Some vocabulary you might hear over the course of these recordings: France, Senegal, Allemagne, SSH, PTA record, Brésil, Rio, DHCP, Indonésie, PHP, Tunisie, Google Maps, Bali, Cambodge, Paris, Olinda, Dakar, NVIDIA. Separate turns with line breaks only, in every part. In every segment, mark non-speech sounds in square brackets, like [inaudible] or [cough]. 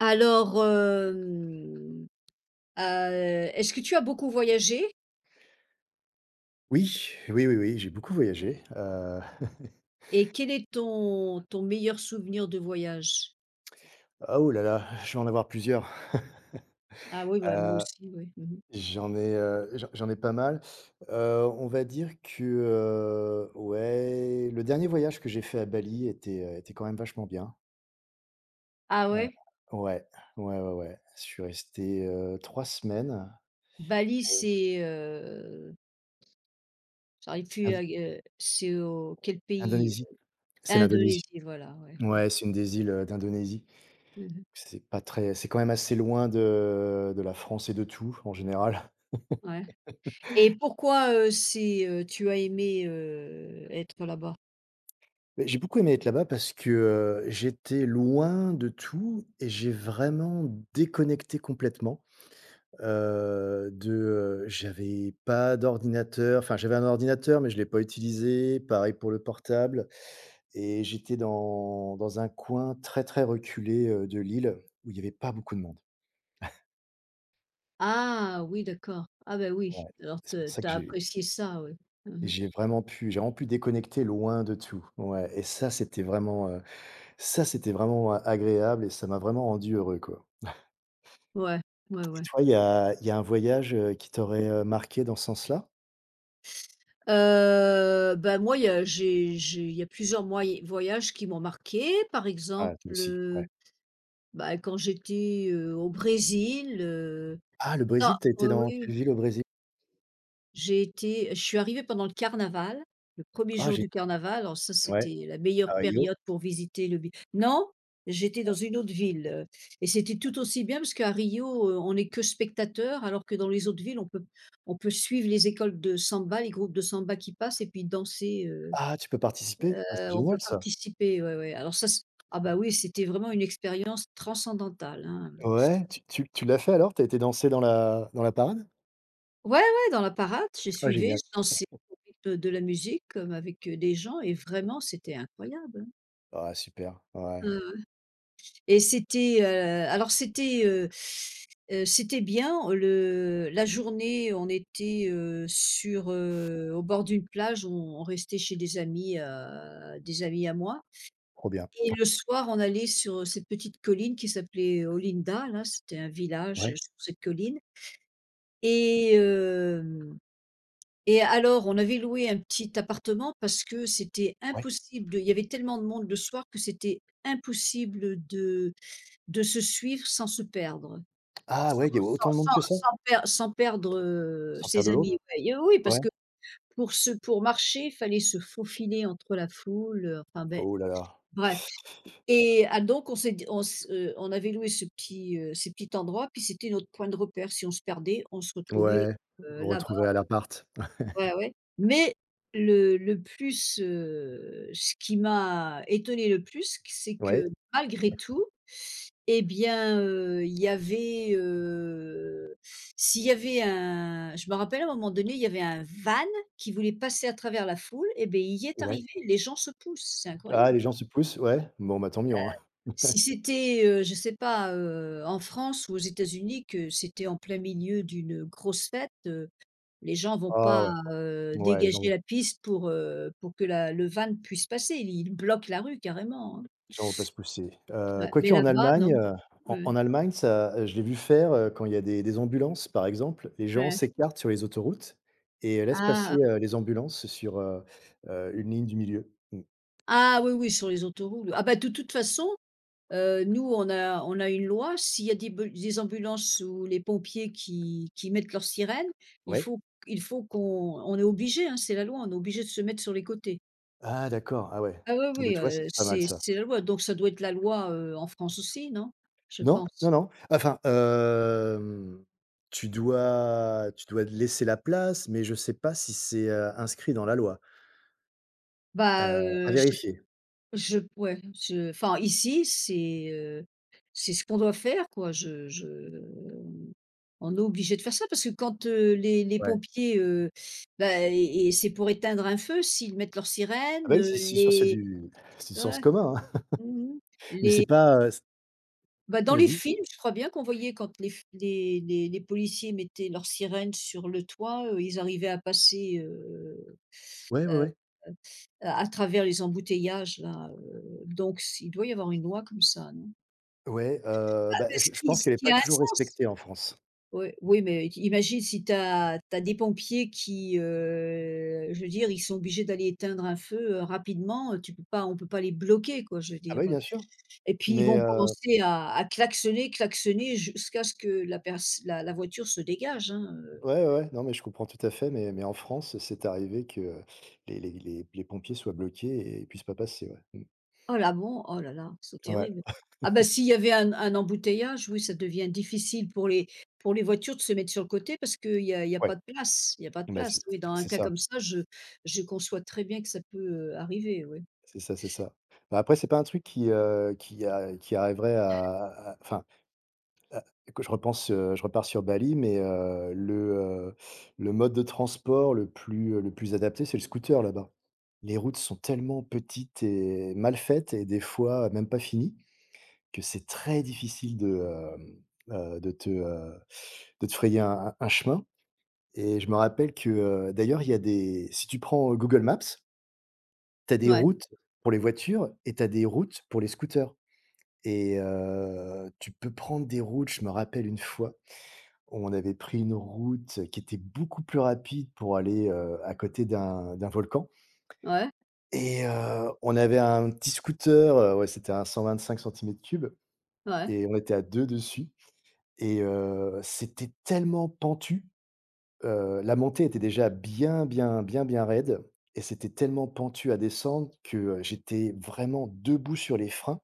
Alors, est-ce que tu as beaucoup voyagé
Oui, oui, oui, oui, j'ai beaucoup voyagé,
et quel est ton meilleur souvenir de voyage?
[laughs] ah ouh là là, je vais en avoir plusieurs. [laughs]
Ah oui, bah, moi aussi, oui. Mmh.
J'en ai pas mal, on va dire que, ouais, le dernier voyage que j'ai fait à Bali était quand même vachement bien,
Ah
heu,
ouais?
ouais, ouais, ouais, ouais, je suis resté, 3 semaines
Bali,
et
c'est, j'arrive plus
l'Ind
à g c'est au quel pays?
c'est l'Indonésie.
Indonésie, voilà, ouais, ouais.
Ouais, c'est une des îles, d'Indonésie.
Mmh.
C'est pas très C'est quand même assez loin de la France et de tout en général.
Ouais, et pourquoi, c'est, tu as aimé, être là-bas?
Beh, j'ai beaucoup aimé être là-bas parce que, j'étais loin de tout et j'ai vraiment déconnecté complètement, heu, de, j'avais pas d'ordinateur, enfin j'avais un ordinateur mais je l'ai pas utilisé, pareil pour le portable et j'étais dans un coin très, très reculé, de l'île où il y avait pas beaucoup de monde.
Ah oui, d'accord. Ah ben oui,
Ouais,
alors
c'est pour
te
ça
tu
que
as
j'ai
apprécié ça, oui. Mmh.
j'ai vraiment pu j'ai vraiment pu déconnecter loin de tout. Ouais et ça, c'était vraiment a agréable et ça m'a vraiment rendu heureux, quoi.
Ouais, ouais,
Et
ouais.
toi, il y a un voyage, qui t'aurait, marqué dans ce sens-là?
Bah, moi, il y a plusieurs moyé voyages qui m'ont marquée. Par
Ah,
exemple,
toi aussi, ouais.
bah, quand j'étais, au Brésil,
Ah, le
non,
Brésil, t'as été
oui,
dans quelle
oui,
ville au Brésil?
j'ai été je suis arrivée pendant le carnaval, le premier
Ah.
jour
j'ai
du carnaval. Alors ça,
Ouais,
c'était la meilleure
à Rio.
période pour visiter le bi non, j'étais dans une autre ville, et c'était tout aussi bien parce qu'à Rio, on n'est que spectateur alors que dans les autres villes, on peut suivre les écoles de samba, les groupes de samba qui passent et puis danser,
Ah, tu peux participer? Ah, c'est
On
génial
peut
ça!
participer, ouais, ouais. Alors ça c ah bah oui, c'était vraiment une expérience transcendantale, hein.
Ouais, tu l'as fait alors? T'as été danser dans la parade?
Ouais, ouais, dans la parade, j'ai
Ah
suivi,
génial.
je dansais au rythme de la musique, comme avec, des gens et vraiment c'était incroyable, hein.
Ah super, ouais.
Heu, et c'était, alors c'était, c'était bien, le la journée, on était, sur, au bord d'une plage, on restait chez des amis à moi.
Trop bien.
Et le soir, on allait sur cette petite colline qui s'appelait Olinda, là, c'était un village,
Ouais,
sur cette colline et hem et alors on avait loué un petit appartement parce que c'était
ouais.
impossible de il y avait tellement de monde le soir que c'était impossible de se suivre sans se perdre.
Ah
Sans
ouais, il y a
sans
autant de monde
sans
que ça?
sans per sans perdre,
Sans perdre
ses
de l'autre?
amis. Ouais, et oui, parce
Ouais.
que pour marcher, il fallait se faufiler entre la foule, enfin, beh,
Oh là là.
bref. Et ah donc on s'est dit, on avait loué ce petit endroit, puis c'était notre point de repère. Si on se perdait, on se retrouvait,
Ouais, vous
là-bas.
retrouvez à l'appart.
Ouais, ouais. Mais le plus, ce qui m'a étonné le plus, c'est
Ouais.
que malgré tout, eh bien, il y avait, s'il y avait un je me rappelle à un moment donné, il y avait un van qui voulait passer à travers la foule, et beh, il y est
Ouais.
arrivé. Les gens se poussent, c'est
Ah,
incroyable.
les gens se poussent, ouais? Bon, bah tant mieux, hein. [laughs]
Si c'était, je sais pas, en France ou aux États-Unis, que c'était en plein milieu d'une grosse fête, les gens vont
Ah
pas,
ouais, ouais, les
dégager
gens
la piste pour que la le van puisse passer. Ils bloquent la rue carrément, hein.
J'en repasse poussé.
Ouais, mais
Quoique en
là-bas,
Allemagne,
non.
en
Ouais,
Allemagne, ça, je l'ai vu faire, quand il y a des ambulances, par exemple, les gens
ouais.
s'écartent sur les autoroutes et laissent passer,
Ah!
les ambulances sur, une ligne du milieu. Mmh.
Ah ah oui, oui, sur les autoroutes. Ah bah, de toute façon, nous, on a une loi, s'il y a des ambulances ou les pompiers qui mettent leur sirène, il
Ouais?
faut il faut qu'on on est obligé, hein, c'est la loi, on est obligé de se mettre sur les côtés.
Ah d'accord, ah ouais.
Ah oui,
Bon, bah,
oui,
tu vois, ça, c'est pas mal
c'est
ça.
c'est la loi, donc ça doit être la loi, en France aussi, non? Je
Non, non,
pense.
non. Enfin, tu dois laisser la place, mais je sais pas si c'est, inscrit dans la loi.
Bah,
À vérifier,
je ouais, je enfin ici, c'est ce qu'on doit faire quoi. Je On est obligé de faire ça parce que quand, les
ouais.
pompiers, bah, et c'est pour éteindre un feu s'ils mettent leur
Ah bah,
sirène,
oui, c'est sûr, c'est
les
du c'est du sens
ouais,
commun, hein,
mmh,
[laughs] mais c'est
les
pas,
bah, dans les
Vas-y.
films, je crois bien qu'on voyait quand les f les policiers mettaient leur sirène sur le toit, ils arrivaient à passer,
Ouais, ouais,
heu
ouais.
heu, à travers les embouteillages là, donc s il doit y avoir une loi comme ça, non?
Ouais,
Ah,
bah,
mais
je
ce
je
qui
pense
ce
qu'elle est
qui
pas
a un
toujours
sens.
respectée en France.
Oui, oui, mais i imagine si tu as des pompiers qui, je veux dire, ils sont obligés d'aller éteindre un feu, rapidement, tu peux pas on peut pas les bloquer quoi, je veux
Ah
dire,
bah oui, bien sûr,
et puis ils
mais
vont commencer à klaxonner, klaxonner jusqu'à ce que la perce la la voiture se dégage, hein,
ouais, ouais, ouais, non, mais je comprends tout à fait, mais en France, c'est arrivé que les pompiers soient bloqués et puissent pas passer, ouais. Mmh.
Oh là bon, oh là là, c'est
Ouais,
terrible. Ah bah, s'il y avait un embouteillage, oui, ça devient difficile pour les voitures de se mettre sur le côté parce qu'il y a
ouais,
pas de place, il y a pas de
bah,
place.
c'est
Oui, dans un
c'est
cas
ça,
comme ça, je conçois très bien que ça peut, arriver, oui.
c'est ça, c'est ça. Bah, après, c'est pas un truc qui a qui arriverait à enfin Heu, que je repense, je repars sur Bali, mais heu, le mode de transport le plus adapté, c'est le scooter là-bas. Les routes sont tellement petites et mal faites et des fois même pas finies, que c'est très difficile hem, heu, de te, heu, de te frayer un chemin et je me rappelle que, d'ailleurs, il y a des si tu prends, Google Maps, tu as des
Ouais,
routes pour les voitures et tu as des routes pour les scooters et tu peux prendre des routes, je me rappelle une fois on avait pris une route qui était beaucoup plus rapide pour aller, à côté d'un volcan
ouais,
et on avait un petit scooter, ouais, c'était un 125 centimètres cubes
ouais.
et on était à 2 dessus et c'était tellement pentu, la montée était déjà bien, bien, bien, bien raide et c'était tellement pentu à descendre que, j'étais vraiment debout sur les freins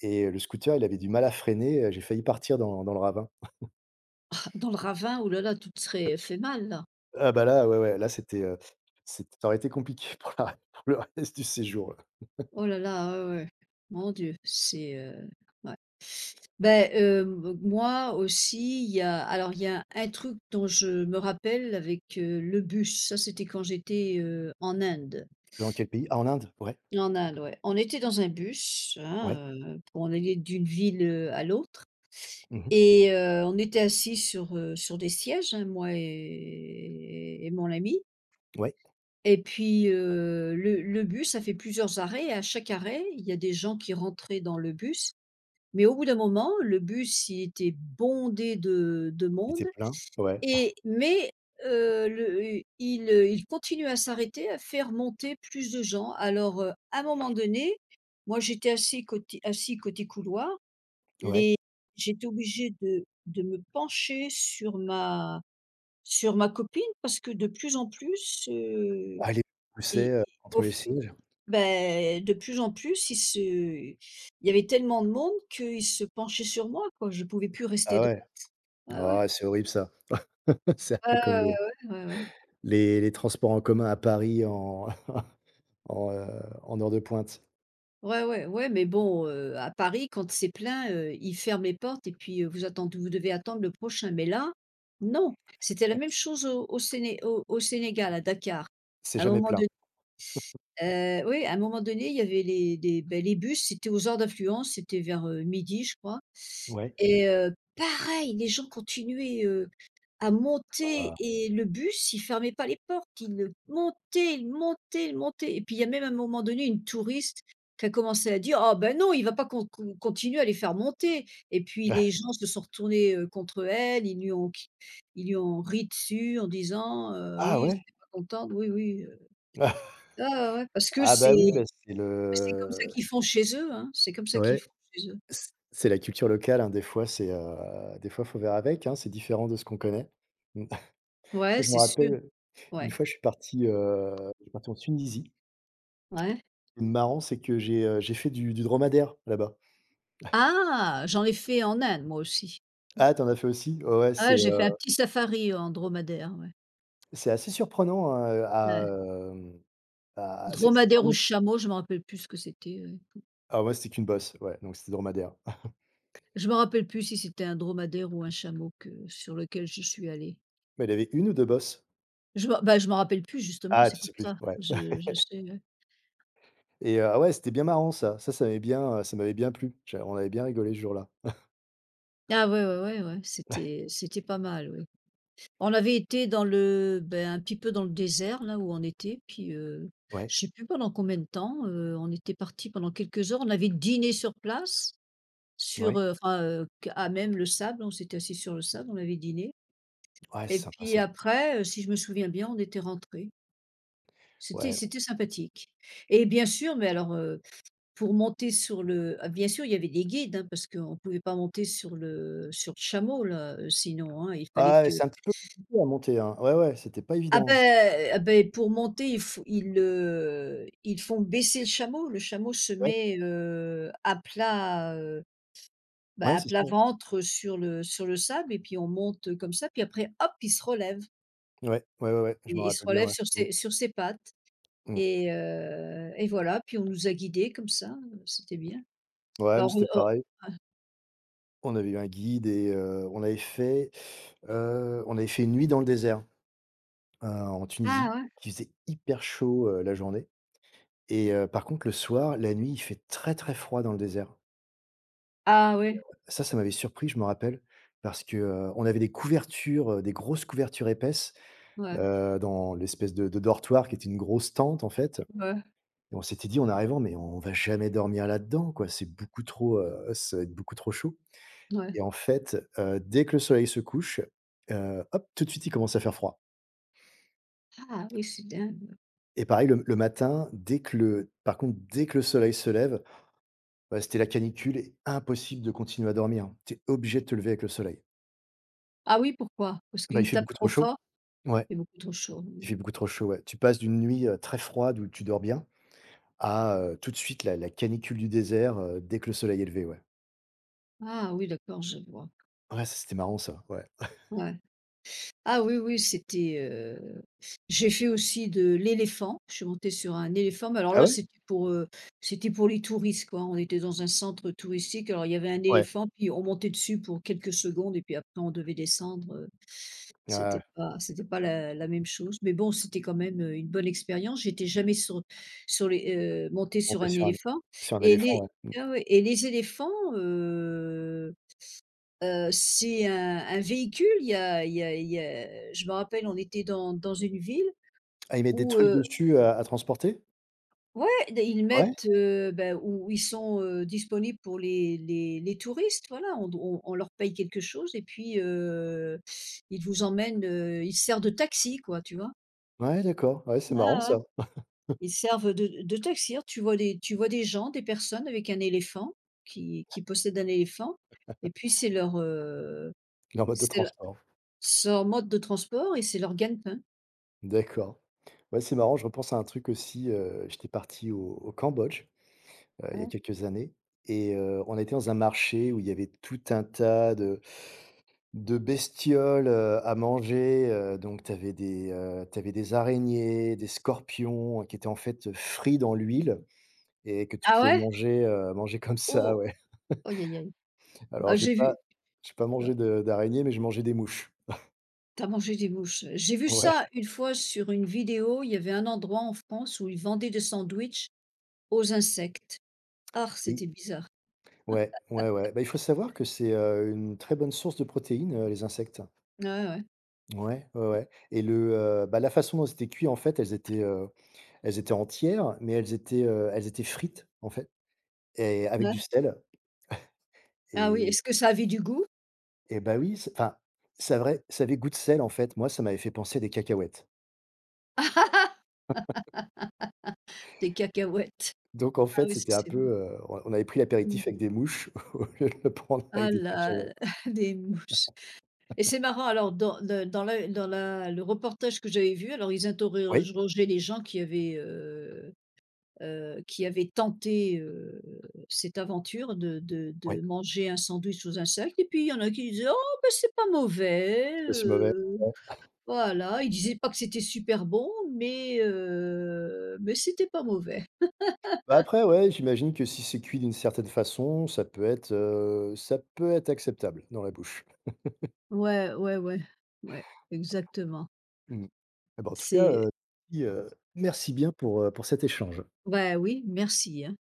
et le scooter, il avait du mal à freiner, j'ai failli partir dans le ravin.
Dans le ravin, oh là là, tout serait fait mal là.
Ah bah là, ouais, ouais, là c'était, c'est ça aurait été compliqué [laughs] pour le reste du séjour, là.
Oh là là, ouais, ouais. Mon Dieu, c'est, ouais. Beh, m moi aussi, il y a alors il y a un truc dont je me rappelle avec, le bus. Ça, c'était quand j'étais, en Inde.
Dans quel pays? Ah en Inde? Ouais,
En Inde, ouais. On était dans un bus,
ouais.
hein, pour en aller d'une ville, à l'autre
Mmh
on était assis sur, sur des sièges, hein, moi et mon ami.
Ouais,
Et puis, le bus, ça fait plusieurs arrêts et à chaque arrêt, il y a des gens qui rentraient dans le bus. Mais au bout d'un moment, le bus, il était bondé de
il
monde
était plein. Ouais,
et heu, le il continuait à s'arrêter, à faire monter plus de gens. Alors, à un moment donné, moi, j'étais assis côté couloir,
ouais.
les j'étais obligée de me pencher sur ma copine parce que de plus en plus,
Ah les poussait,
et
contre
au
les sièges.
ben, de plus en plus, il y avait tellement de monde qu'ils se penchaient sur moi, quoi. Je pouvais plus rester
Ah
droit.
ouais.
Ouais, ouais.
Ah ouais, c'est horrible ça. [laughs] C'est un
Ouais,
peu comme
ouais,
les
ouais, ouais, ouais.
transports en commun à Paris en [laughs] en, en heure de pointe.
Ouais, ouais, ouais, mais bon, à Paris, quand c'est plein, ils ferment les portes et puis, vous devez attendre le prochain. Mais là, non. C'était la même chose au Sénégal, à Dakar.
C'est
À un
jamais
moment
plein.
donné, oui, à un moment donné, il y avait les des, beh, les bus, c'était aux heures d'affluence, c'était vers, 12:00, je crois.
Ouais.
Pareil, les gens continuaient, à monter
Ah.
et le bus, il fermait pas les portes, il montait, il montait, il montait et puis il y a même à un moment donné une touriste qui a commencé à dire: «Ah ben non, il va pas continuer à les faire monter» et puis les
[laughs]
gens se sont retournés, contre elle, ils lui ont ri dessus en disant,
Ah
«Oui, si
ouais?
pas contente, oui, oui, heu».
[laughs]
Ah ouais, ouais, parce que
Ah bah
c'est
oui, bah c'est
c'est comme ça
le
qu'ils font chez eux, hein, c'est comme ça qu'ils
ouais.
font chez eux.
C'est la culture locale, hein, des fois faut faire avec, hein, c'est différent de ce qu'on connaît. Mmh, [laughs]
Ouais,
je me
c'est sûr,
rappelle une
ouais,
fois je suis parti en Tunisie.
ouais.
Ce qui marrant, c'est que j'ai fait du dromadaire là-bas.
Ah! J'en ai fait en Inde, moi aussi. Mmh.
Ah, tu en as fait aussi? Ouais, ouais,
Ah, j'ai fait un petit safari en dromadaire, ouais.
c'est assez surprenant, à,
Ouais.
hem, à c'est
Dromadaire ou
vraiment
chameau, je me rappelle plus ce que c'était,
ah moi, c'était qu'une bosse, ouais, donc c'était dromadaire. [laughs]
je me rappelle plus si c'était un dromadaire ou un chameau que sur lequel je suis allée.
Mais il avait une ou 2 bosses?
Je me bah, je me rappelle plus justement,
Ah,
c'est
tu
pour
sais plus,
ça.
ouais [laughs]
Je sais, ouais.
et ah ouais, c'était bien marrant ça. Ça m'avait bien plu. J'a on avait bien rigolé ce jour-là.
Ah ouais, ouais, ouais, ouais, c'était pas mal, oui. On avait été dans le ben un petit peu dans le désert là où on était, puis,
Ouais,
je sais plus pendant combien de temps, on était parti pendant quelques heures, on avait dîné sur place.
ouais.
Enfin, à même le sable, on s'était assis sur le sable, on avait dîné
Ouais, c'est
et
sympa
puis
ça.
après, si je me souviens bien, on était rentrés. C'était
Ouais.
c'était sympathique et bien sûr, mais alors, pour monter sur le ah bien sûr, il y avait des guides, hein, parce qu'on ne pouvait pas monter sur le chameau là, sinon, hein, il fallait
Ah, ouais,
que
c'est un petit peu compliqué à monter, hein. Ouais, ouais, c'était pas
ah
évident.
ben ah ben pour monter, il faut ils, ils font baisser le chameau. Le chameau se
Ouais,
met, à plat. Bah,
ouais,
à
c'est
plat
ça.
ventre, sur le sable et puis on monte, comme ça, puis après hop, il se relève
Ouais, ouais, ouais, ouais, ouais, je m'en
et il se
rappelle bien,
relève
ouais. Mmh,
sur ses pattes
mmh.
et voilà, puis on nous a guidés comme ça, c'était bien.
Ouais, nous,
Bah,
c'était
on
pareil. On avait eu un guide et on avait fait une nuit dans le désert, en
ah
Tunisie.
ouais?
qui faisait hyper chaud, la journée
Mmh.
et par contre, le soir, la nuit, il fait très, très froid dans le désert.
Ah ouais,
Ça m'avait surpris, je me rappelle, parce que, on avait des couvertures, des grosses couvertures épaisses,
ouais,
dans l'espèce de dortoir qui était une grosse tente, en fait.
ouais,
Et on s'était dit en arrivant: «Mais on va jamais dormir là-dedans, quoi, ça va être beaucoup trop chaud»
ouais.
et en fait, dès que le soleil se couche, hop, tout de suite, il commence à faire froid
Ah oui, c'est dingue, ouais.
et pareil le matin, dès que le par contre, dès que le soleil se lève, bah, c'était la canicule et impossible de continuer à dormir. Tu es obligé de te lever avec le soleil.
Ah oui, pourquoi? Parce
Bah, il
qu'il
fait
tape
beaucoup trop
trop
chaud.
fort?
Ouais,
Il fait beaucoup trop chaud.
il fait
Mmh.
beaucoup trop chaud, ouais. Tu passes d'une nuit, très froide où tu dors bien à, tout de suite la canicule du désert, dès que le soleil est levé, ouais.
Ah oui, d'accord, je vois.
Ouais, ça, c'était marrant ça, ouais.
Ouais. Ah oui, oui, c'était, j'ai fait aussi de l'éléphant. Je suis montée sur un éléphant, mais alors
Ah
là,
ouais?
c'était pour les touristes, quoi. On était dans un centre touristique, alors il y avait un
Ouais.
éléphant, puis on montait dessus pour quelques secondes et puis après on devait descendre, c'était
Ouais.
pas c'était pas la même chose. Mais bon, c'était quand même, une bonne expérience. J'étais jamais montée sur
Monter
un
sur un
éléphant et
éléphant,
les
ouais. Mmh.
ah ouais, et les éléphants, heu c'est un véhicule, il y a il y a il y a je me rappelle, on était dans une ville
Ah, ils mettent des
où,
trucs dessus à transporter?
ouais, ils
Ouais?
mettent, bah, où ils sont, disponibles pour les touristes, voilà. On leur paye quelque chose et puis, ils vous emmènent, ils servent de taxi, quoi, tu vois?
Ouais, d'accord. Ouais, c'est
Ouais,
marrant
ouais,
ça.
ils servent de taxi, hein, tu vois des gens, des personnes avec un éléphant qui possèdent un éléphant et puis
Il est en mode de
c'est leur
transport.
c'est leur mode de transport et c'est leur gagne-pain.
D'accord. Ouais, c'est marrant, je repense à un truc aussi, j'étais parti au Cambodge, il y a
Ouais.
quelques années et on était dans un marché où il y avait tout un tas de bestioles, à manger, donc tu avais des araignées, des scorpions qui étaient en fait, frits dans l'huile et que tu
Ah
pouvais
ouais?
manger comme ça,
Oh!
ouais.
Aïe aïe aïe.
Alors
Ah
j'ai
j'ai
pas
vu heu,
mangé de d'araignée, mais j'ai mangé des mouches.
tu mangé des mouches. J'ai vu ça
Ouais,
une fois sur une vidéo, il y avait un endroit en France où ils vendaient des sandwichs aux insectes. Ah, c'était
oui.
bizarre.
Ouais, ouais, ouais. Bah, il faut savoir que c'est, une très bonne source de protéines, les insectes.
Ouais, ouais.
Ouais, ouais, ouais et bah, la façon dont c'était cuit, en fait, elles étaient entières, mais elles étaient frites, en fait et avec
Ouais.
du sel
Ah oui,
et
est-ce que ça avait du goût?
bah, oui, c'est enfin, ça avait goût de sel, en fait. Moi, ça m'avait fait penser à des cacahuètes.
Des cacahuètes.
Donc en
Ah
fait,
oui, ça
c'était un
c'est
peu,
bon.
on avait pris l'apéritif
Mmh.
avec des mouches [laughs] au lieu de le prendre avec
Ah
des cacahuètes.
là, [laughs] des mouches. Et c'est marrant, alors dans le dans la le reportage que j'avais vu, alors ils
Oui,
interrogeaient les gens qui avait tenté, cette aventure de,
oui.
manger un sandwich aux insectes. Et puis, il y en a qui disaient: «Oh, ben, c'est pas mauvais.»
C'est pas si mauvais, ouais.
Voilà. Ils disaient pas que c'était super bon, mais c'était pas mauvais.
Bah, après, ouais, j'imagine que si c'est cuit d'une certaine façon, ça peut être acceptable dans la bouche.
Ouais, ouais, ouais. Ouais, exactement.
Mmh. Eh bah, en tout cas,
C'est.
merci bien pour cet échange.
Ouais, oui, merci, hein.